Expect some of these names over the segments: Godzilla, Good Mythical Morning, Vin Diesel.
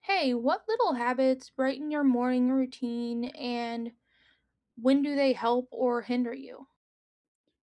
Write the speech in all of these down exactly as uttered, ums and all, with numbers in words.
Hey, what little habits brighten your morning routine and when do they help or hinder you?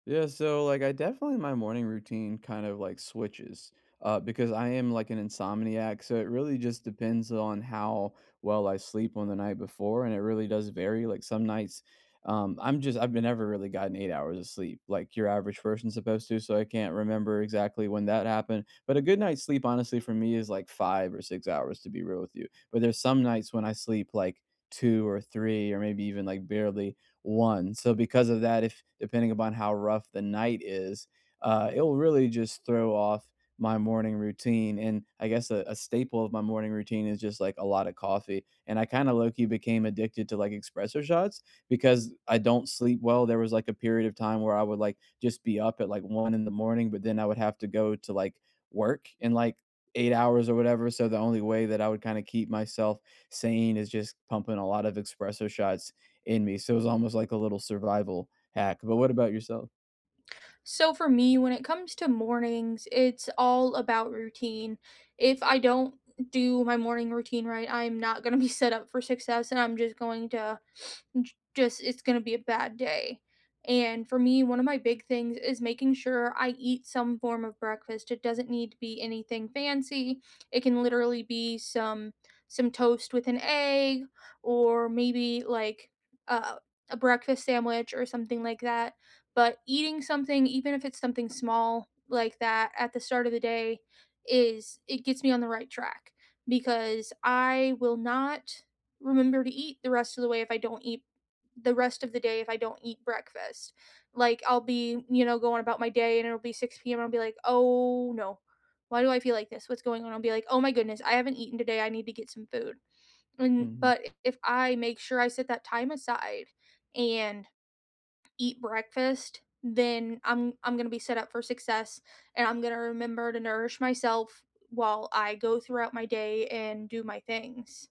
Yeah, so like I definitely my morning routine kind of like switches uh, because I am like an insomniac, so it really just depends on how well I sleep on the night before, and it really does vary. Like some nights, um, I'm just I've never really gotten eight hours of sleep like your average person's supposed to, so I can't remember exactly when that happened. But a good night's sleep, honestly, for me is like five or six hours to be real with you. But there's some nights when I sleep like two or three or maybe even like barely one. So because of that, if depending upon how rough the night is, uh, it will really just throw off my morning routine. And I guess a, a staple of my morning routine is just like a lot of coffee. And I kind of low key became addicted to like espresso shots because I don't sleep well. There was like a period of time where I would like just be up at like one in the morning, but then I would have to go to like work in like eight hours or whatever. So the only way that I would kind of keep myself sane is just pumping a lot of espresso shots in me, so it was almost like a little survival hack. But what about yourself? So, for me, when it comes to mornings, it's all about routine. If I don't do my morning routine right, I'm not going to be set up for success and I'm just going to j- just it's going to be a bad day. And for me, one of my big things is making sure I eat some form of breakfast. It doesn't need to be anything fancy. It can literally be some some toast with an egg or maybe like uh, a breakfast sandwich or something like that. But eating something, even if it's something small like that at the start of the day, is it gets me on the right track because I will not remember to eat the rest of the way if I don't eat the rest of the day if I don't eat breakfast. Like I'll be, you know, going about my day and it'll be six p m and I'll be like, oh no, why do I feel like this? What's going on? I'll be like, oh my goodness, I haven't eaten today. I need to get some food. And Mhm. but if I make sure I set that time aside and eat breakfast, then I'm I'm gonna be set up for success and I'm gonna remember to nourish myself while I go throughout my day and do my things.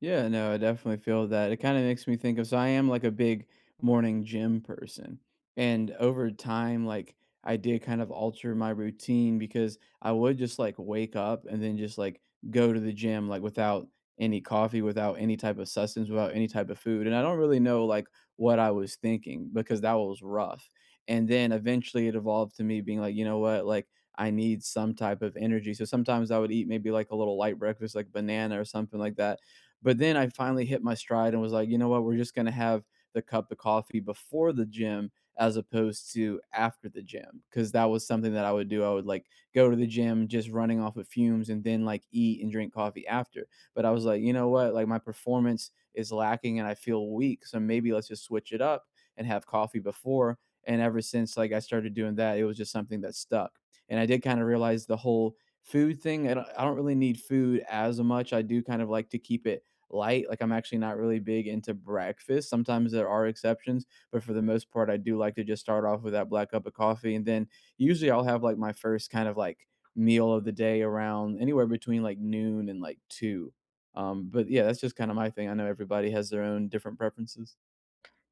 Yeah, no, I definitely feel that. It kind of makes me think of, so I am like a big morning gym person. And over time, like I did kind of alter my routine because I would just like wake up and then just like go to the gym like without any coffee, without any type of sustenance, without any type of food. And I don't really know like what I was thinking because that was rough. And then eventually it evolved to me being like, you know what, like I need some type of energy. So sometimes I would eat maybe like a little light breakfast, like banana or something like that, but then I finally hit my stride and was like, you know what? We're just going to have the cup of coffee before the gym as opposed to after the gym because that was something that I would do. I would like go to the gym just running off of fumes and then like eat and drink coffee after. But I was like, you know what? Like my performance is lacking and I feel weak. So maybe let's just switch it up and have coffee before. And ever since like I started doing that, it was just something that stuck. And I did kind of realize the whole food thing. I don't, I don't really need food as much. I do kind of like to keep it light. Like I'm actually not really big into breakfast. Sometimes there are exceptions, but for the most part, I do like to just start off with that black cup of coffee. And then usually I'll have like my first kind of like meal of the day around anywhere between like noon and like two. Um, but yeah, that's just kind of my thing. I know everybody has their own different preferences.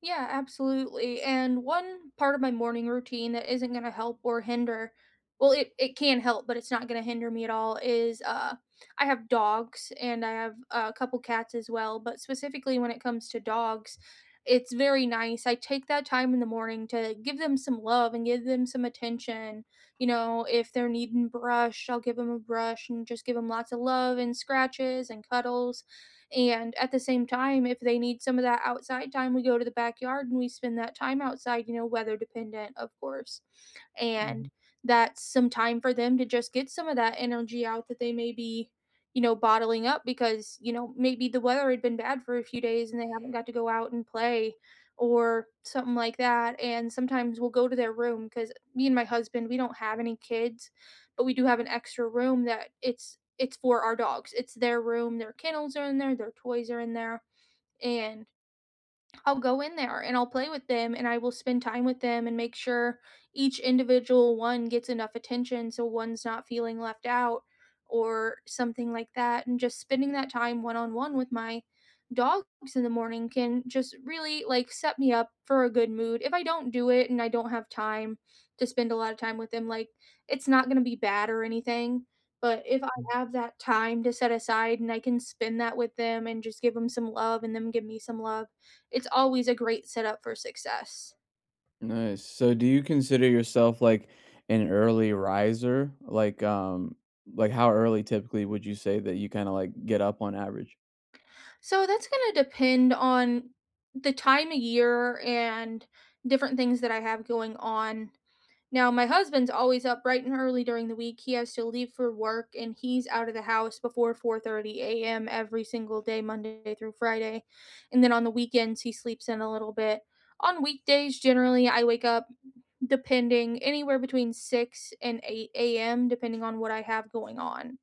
Yeah, absolutely. And one part of my morning routine that isn't going to help or hinder, well, it, it can help, but it's not going to hinder me at all, is uh, I have dogs and I have a couple cats as well. But specifically when it comes to dogs, it's very nice. I take that time in the morning to give them some love and give them some attention. You know, if they're needing brush, I'll give them a brush and just give them lots of love and scratches and cuddles and at the same time, if they need some of that outside time, we go to the backyard and we spend that time outside, you know, weather dependent, of course. And Mhm. that's some time for them to just get some of that energy out that they may be, you know, bottling up because, you know, maybe the weather had been bad for a few days and they haven't got to go out and play or something like that. And sometimes we'll go to their room because me and my husband, we don't have any kids, but we do have an extra room that it's it's for our dogs. It's their room, their kennels are in there, their toys are in there, and I'll go in there and I'll play with them and I will spend time with them and make sure each individual one gets enough attention so one's not feeling left out or something like that. And just spending that time one on one with my dogs in the morning can just really like set me up for a good mood. If I don't do it and I don't have time to spend a lot of time with them, like it's not going to be bad or anything. But if I have that time to set aside and I can spend that with them and just give them some love and them give me some love, it's always a great setup for success. Nice. So do you consider yourself like an early riser? Like um like how early typically would you say that you kind of like get up on average? So that's going to depend on the time of year and different things that I have going on. Now, my husband's always up bright and early during the week. He has to leave for work and he's out of the house before four thirty a m every single day Monday through Friday. And then on the weekends he sleeps in a little bit. On weekdays generally I wake up depending anywhere between six and eight a m depending on what I have going on.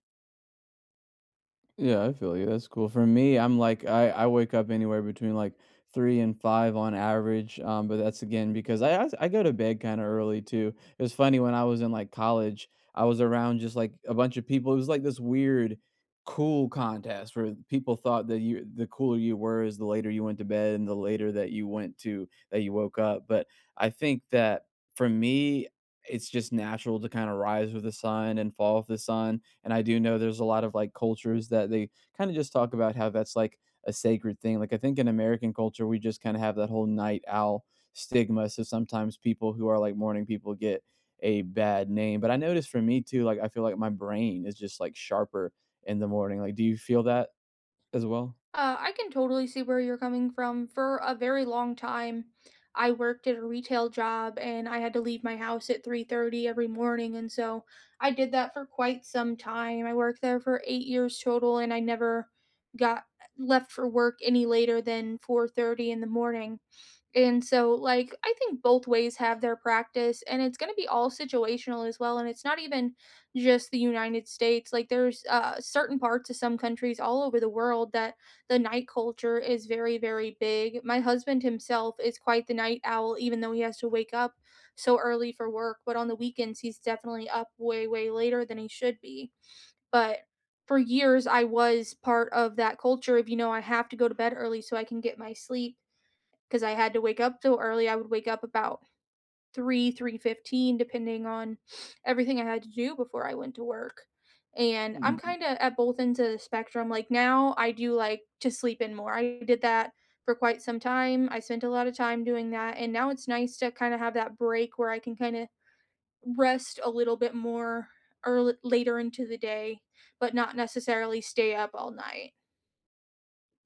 Yeah, I feel you. That's cool. For me, I'm like I I wake up anywhere between like three and five on average. Um, but that's again because I I, I go to bed kind of early too. It was funny when I was in like college, I was around just like a bunch of people. It was like this weird cool contest where people thought that you the cooler you were is the later you went to bed and the later that you went to that you woke up. But I think that for me, it's just natural to kind of rise with the sun and fall with the sun, and I do know there's a lot of like cultures that they kind of just talk about how that's like a sacred thing. Like I think in American culture, we just kind of have that whole night owl stigma. So sometimes people who are like morning people get a bad name. But I noticed for me too, like I feel like my brain is just like sharper in the morning. Like, do you feel that as well? Uh, I can totally see where you're coming from. For a very long time, I worked at a retail job and I had to leave my house at three thirty every morning and so I did that for quite some time. I worked there for eight years total and I never got left for work any later than four thirty in the morning. And so, like, I think both ways have their practice, and it's going to be all situational as well. And it's not even just the United States. Like, there's uh, certain parts of some countries all over the world that the night culture is very, very big. My husband himself is quite the night owl, even though he has to wake up so early for work. But on the weekends, he's definitely up way, way later than he should be. But for years, I was part of that culture of, you know, I have to go to bed early so I can get my sleep because I had to wake up so early. I would wake up about three, three fifteen, depending on everything I had to do before I went to work. And I'm kind of at both ends of the spectrum. Like now, I do like to sleep in more. I did that for quite some time. I spent a lot of time doing that, and now it's nice to kind of have that break where I can kind of rest a little bit more early later into the day, but not necessarily stay up all night.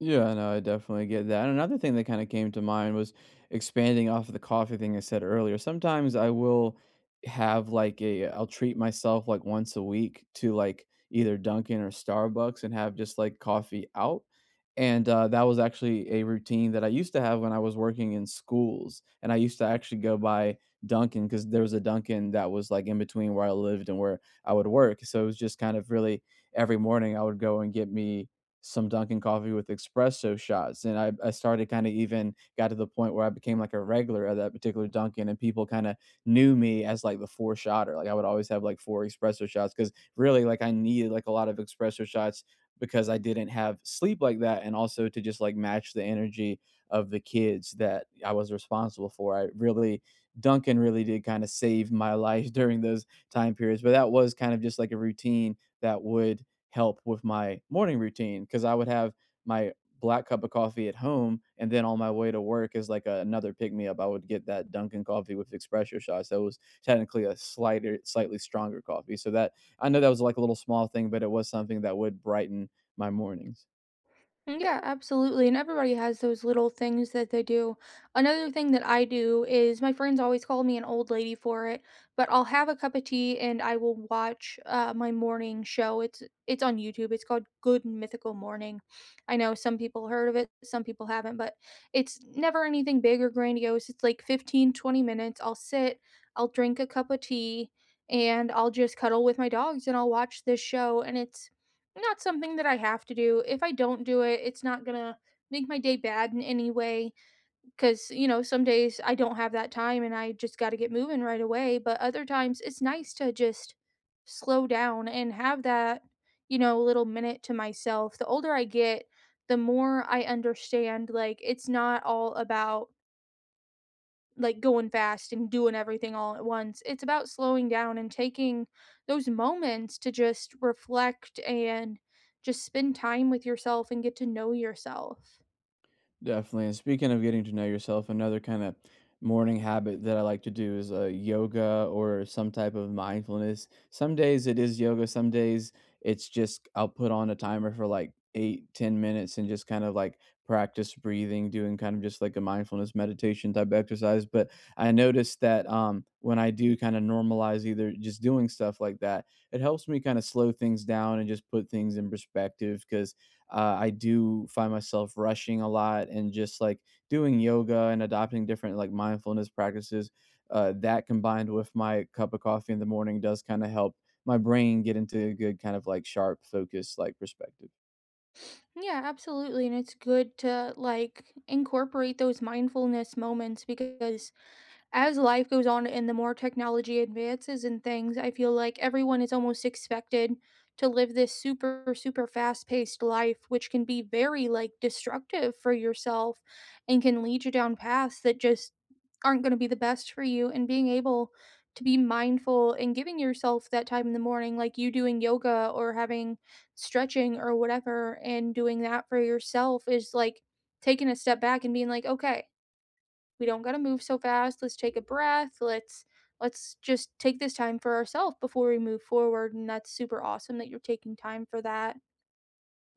Yeah, no, I definitely get that. And another thing that kind of came to mind was expanding off of the coffee thing I said earlier. Sometimes I will have like a, uh, I'll treat myself like once a week to like either Dunkin' or Starbucks and have just like coffee out. And uh, that was actually a routine that I used to have when I was working in schools. And I used to actually go by Dunkin' because there was a Dunkin' that was like in between where I lived and where I would work. So it was just kind of really every morning I would go and get me some Dunkin' coffee with espresso shots, and I I started kinda even got to the point where I became, like, a regular at that particular Dunkin', and people kinda knew me as, like, the four shotter, like, I would always have, like, four espresso shots because really, like, I needed, like, a lot of espresso shots because I didn't have sleep like that and also to just, like, match the energy of the kids that I was responsible for. I really Dunkin' really did kinda save my life during those time periods, but that was kind of just, like, a routine that would help with my morning routine because I would have my black cup of coffee at home, and then on my way to work is like a, another pick me up. I would get that Dunkin' coffee with espresso shots. That was technically a slighter, slightly stronger coffee. So that, I know that was like a little small thing, but it was something that would brighten my mornings. Mm, yeah, absolutely. And everybody has those little things that they do. Another thing that I do is my friends always call me an old lady for it, but I'll have a cup of tea and I will watch uh, my morning show. It's it's on YouTube. It's called Good Mythical Morning. I know some people heard of it, some people haven't, but it's never anything big or grandiose. It's like fifteen twenty minutes. I'll sit, I'll drink a cup of tea, and I'll just cuddle with my dogs and I'll watch this show and it's not something that I have to do. If I don't do it, it's not gonna make my day bad in any way. Cause, you know, some days I don't have that time and I just gotta get moving right away. But other times it's nice to just slow down and have that, you know, little minute to myself. The older I get, the more I understand, like, it's not all about like going fast and doing everything all at once. It's about slowing down and taking those moments to just reflect and just spend time with yourself and get to know yourself. Definitely. And speaking of getting to know yourself, another kind of morning habit that I like to do is uh, yoga or some type of mindfulness. Some days it is yoga, some days it's just I'll put on a timer for like eight, ten minutes and just kind of like practice breathing, doing kind of just like a mindfulness meditation type exercise. But I noticed that um, when I do kind of normalize either just doing stuff like that, it helps me kind of slow things down and just put things in perspective because uh, I do find myself rushing a lot and just like doing yoga and adopting different like mindfulness practices. Uh, that combined with my cup of coffee in the morning does kind of help my brain get into a good kind of like sharp focus like perspective. Yeah, absolutely. And it's good to like incorporate those mindfulness moments because as life goes on and the more technology advances and things, I feel like everyone is almost expected to live this super, super fast paced life, which can be very like destructive for yourself and can lead you down paths that just aren't going to be the best for you. And being able to be mindful and giving yourself that time in the morning, like you doing yoga or having stretching or whatever, and doing that for yourself is like taking a step back and being like, okay, we don't got to move so fast. Let's take a breath. Let's let's just take this time for ourselves before we move forward and that's super awesome that you're taking time for that.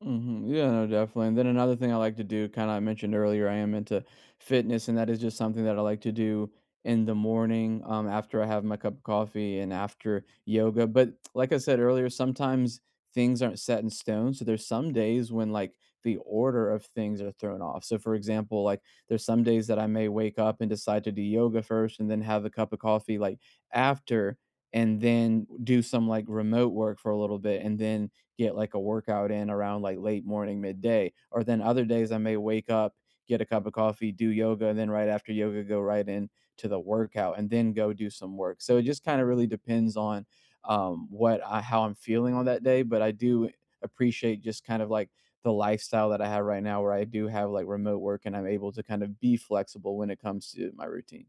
Mhm. Yeah, no, definitely. And then another thing I like to do, kind of I mentioned earlier, I am into fitness, and that is just something that I like to do in the morning um, after I have my cup of coffee and after yoga. But like I said earlier, sometimes things aren't set in stone. So there's some days when like the order of things are thrown off. So for example, like there's some days that I may wake up and decide to do yoga first and then have a cup of coffee like after and then do some like remote work for a little bit and then get like a workout in around like late morning, midday. Or then other days I may wake up, get a cup of coffee, do yoga, and then right after yoga, go right in to the workout and then go do some work. So it just kind of really depends on um, what I, how I'm feeling on that day. But I do appreciate just kind of like the lifestyle that I have right now, where I do have like remote work and I'm able to kind of be flexible when it comes to my routine.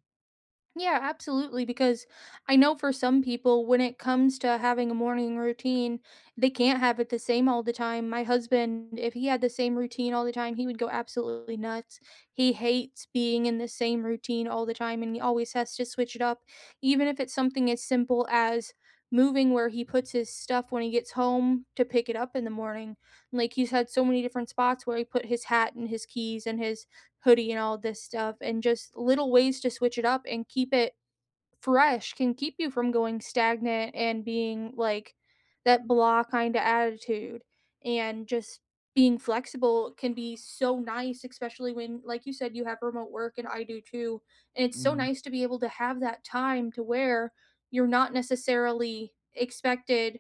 Yeah, absolutely. Because I know for some people, when it comes to having a morning routine, they can't have it the same all the time. My husband, if he had the same routine all the time, he would go absolutely nuts. He hates being in the same routine all the time and he always has to switch it up, even if it's something as simple as moving where he puts his stuff when he gets home to pick it up in the morning. Like he's had so many different spots where he put his hat and his keys and his hoodie and all this stuff and just little ways to switch it up and keep it fresh can keep you from going stagnant and being like that blah kind of attitude and just being flexible can be so nice especially when like you said you have remote work and I do too and it's so Mhm. nice to be able to have that time to where you're not necessarily expected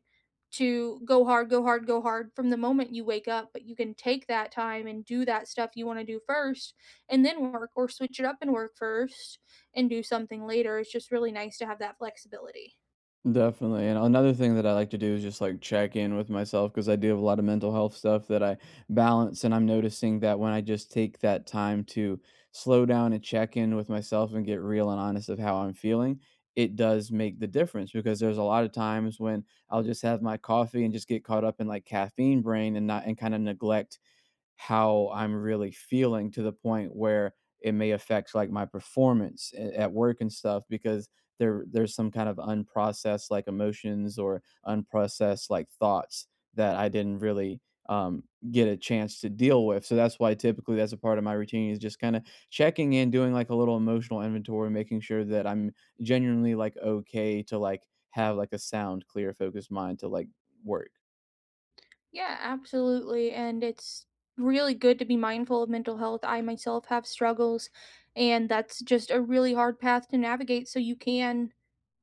to go hard go hard go hard from the moment you wake up but you can take that time and do that stuff you want to do first and then work or switch it up and work first and do something later. It's just really nice to have that flexibility. Definitely, and another thing that I like to do is just, like, check in with myself because I do have a lot of mental health stuff that I balance, and I'm noticing that when I just take that time to slow down and check in with myself and get real and honest of how I'm feeling, it does make the difference because there's a lot of times when I'll just have my coffee and just get caught up in, like, caffeine brain and not and kinda neglect how I'm really feeling to the point where it may affect like my performance a- at work and stuff because there there's some kind of unprocessed like emotions or unprocessed like thoughts that I didn't really um, get a chance to deal with. So that's why typically that's a part of my routine is just kind of checking in, doing like a little emotional inventory, making sure that I'm genuinely like okay to like have like a sound, clear, focused mind to like work. Yeah, absolutely. And it's really good to be mindful of mental health. I myself have struggles, and that's just a really hard path to navigate. So you can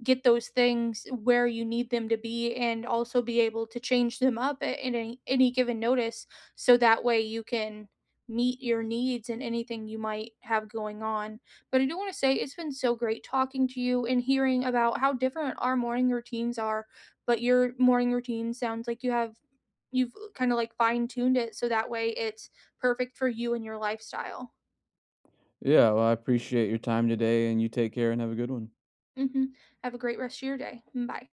get those things where you need them to be and also be able to change them up at any, any given notice so that way you can meet your needs and anything you might have going on. But I do want to say it's been so great talking to you and hearing about how different our morning routines are, but your morning routine sounds like you have you've kind of like fine-tuned it so that way it's perfect for you and your lifestyle. Yeah, well, I appreciate your time today and you take care and have a good one. Mhm. Have a great rest of your day. Bye.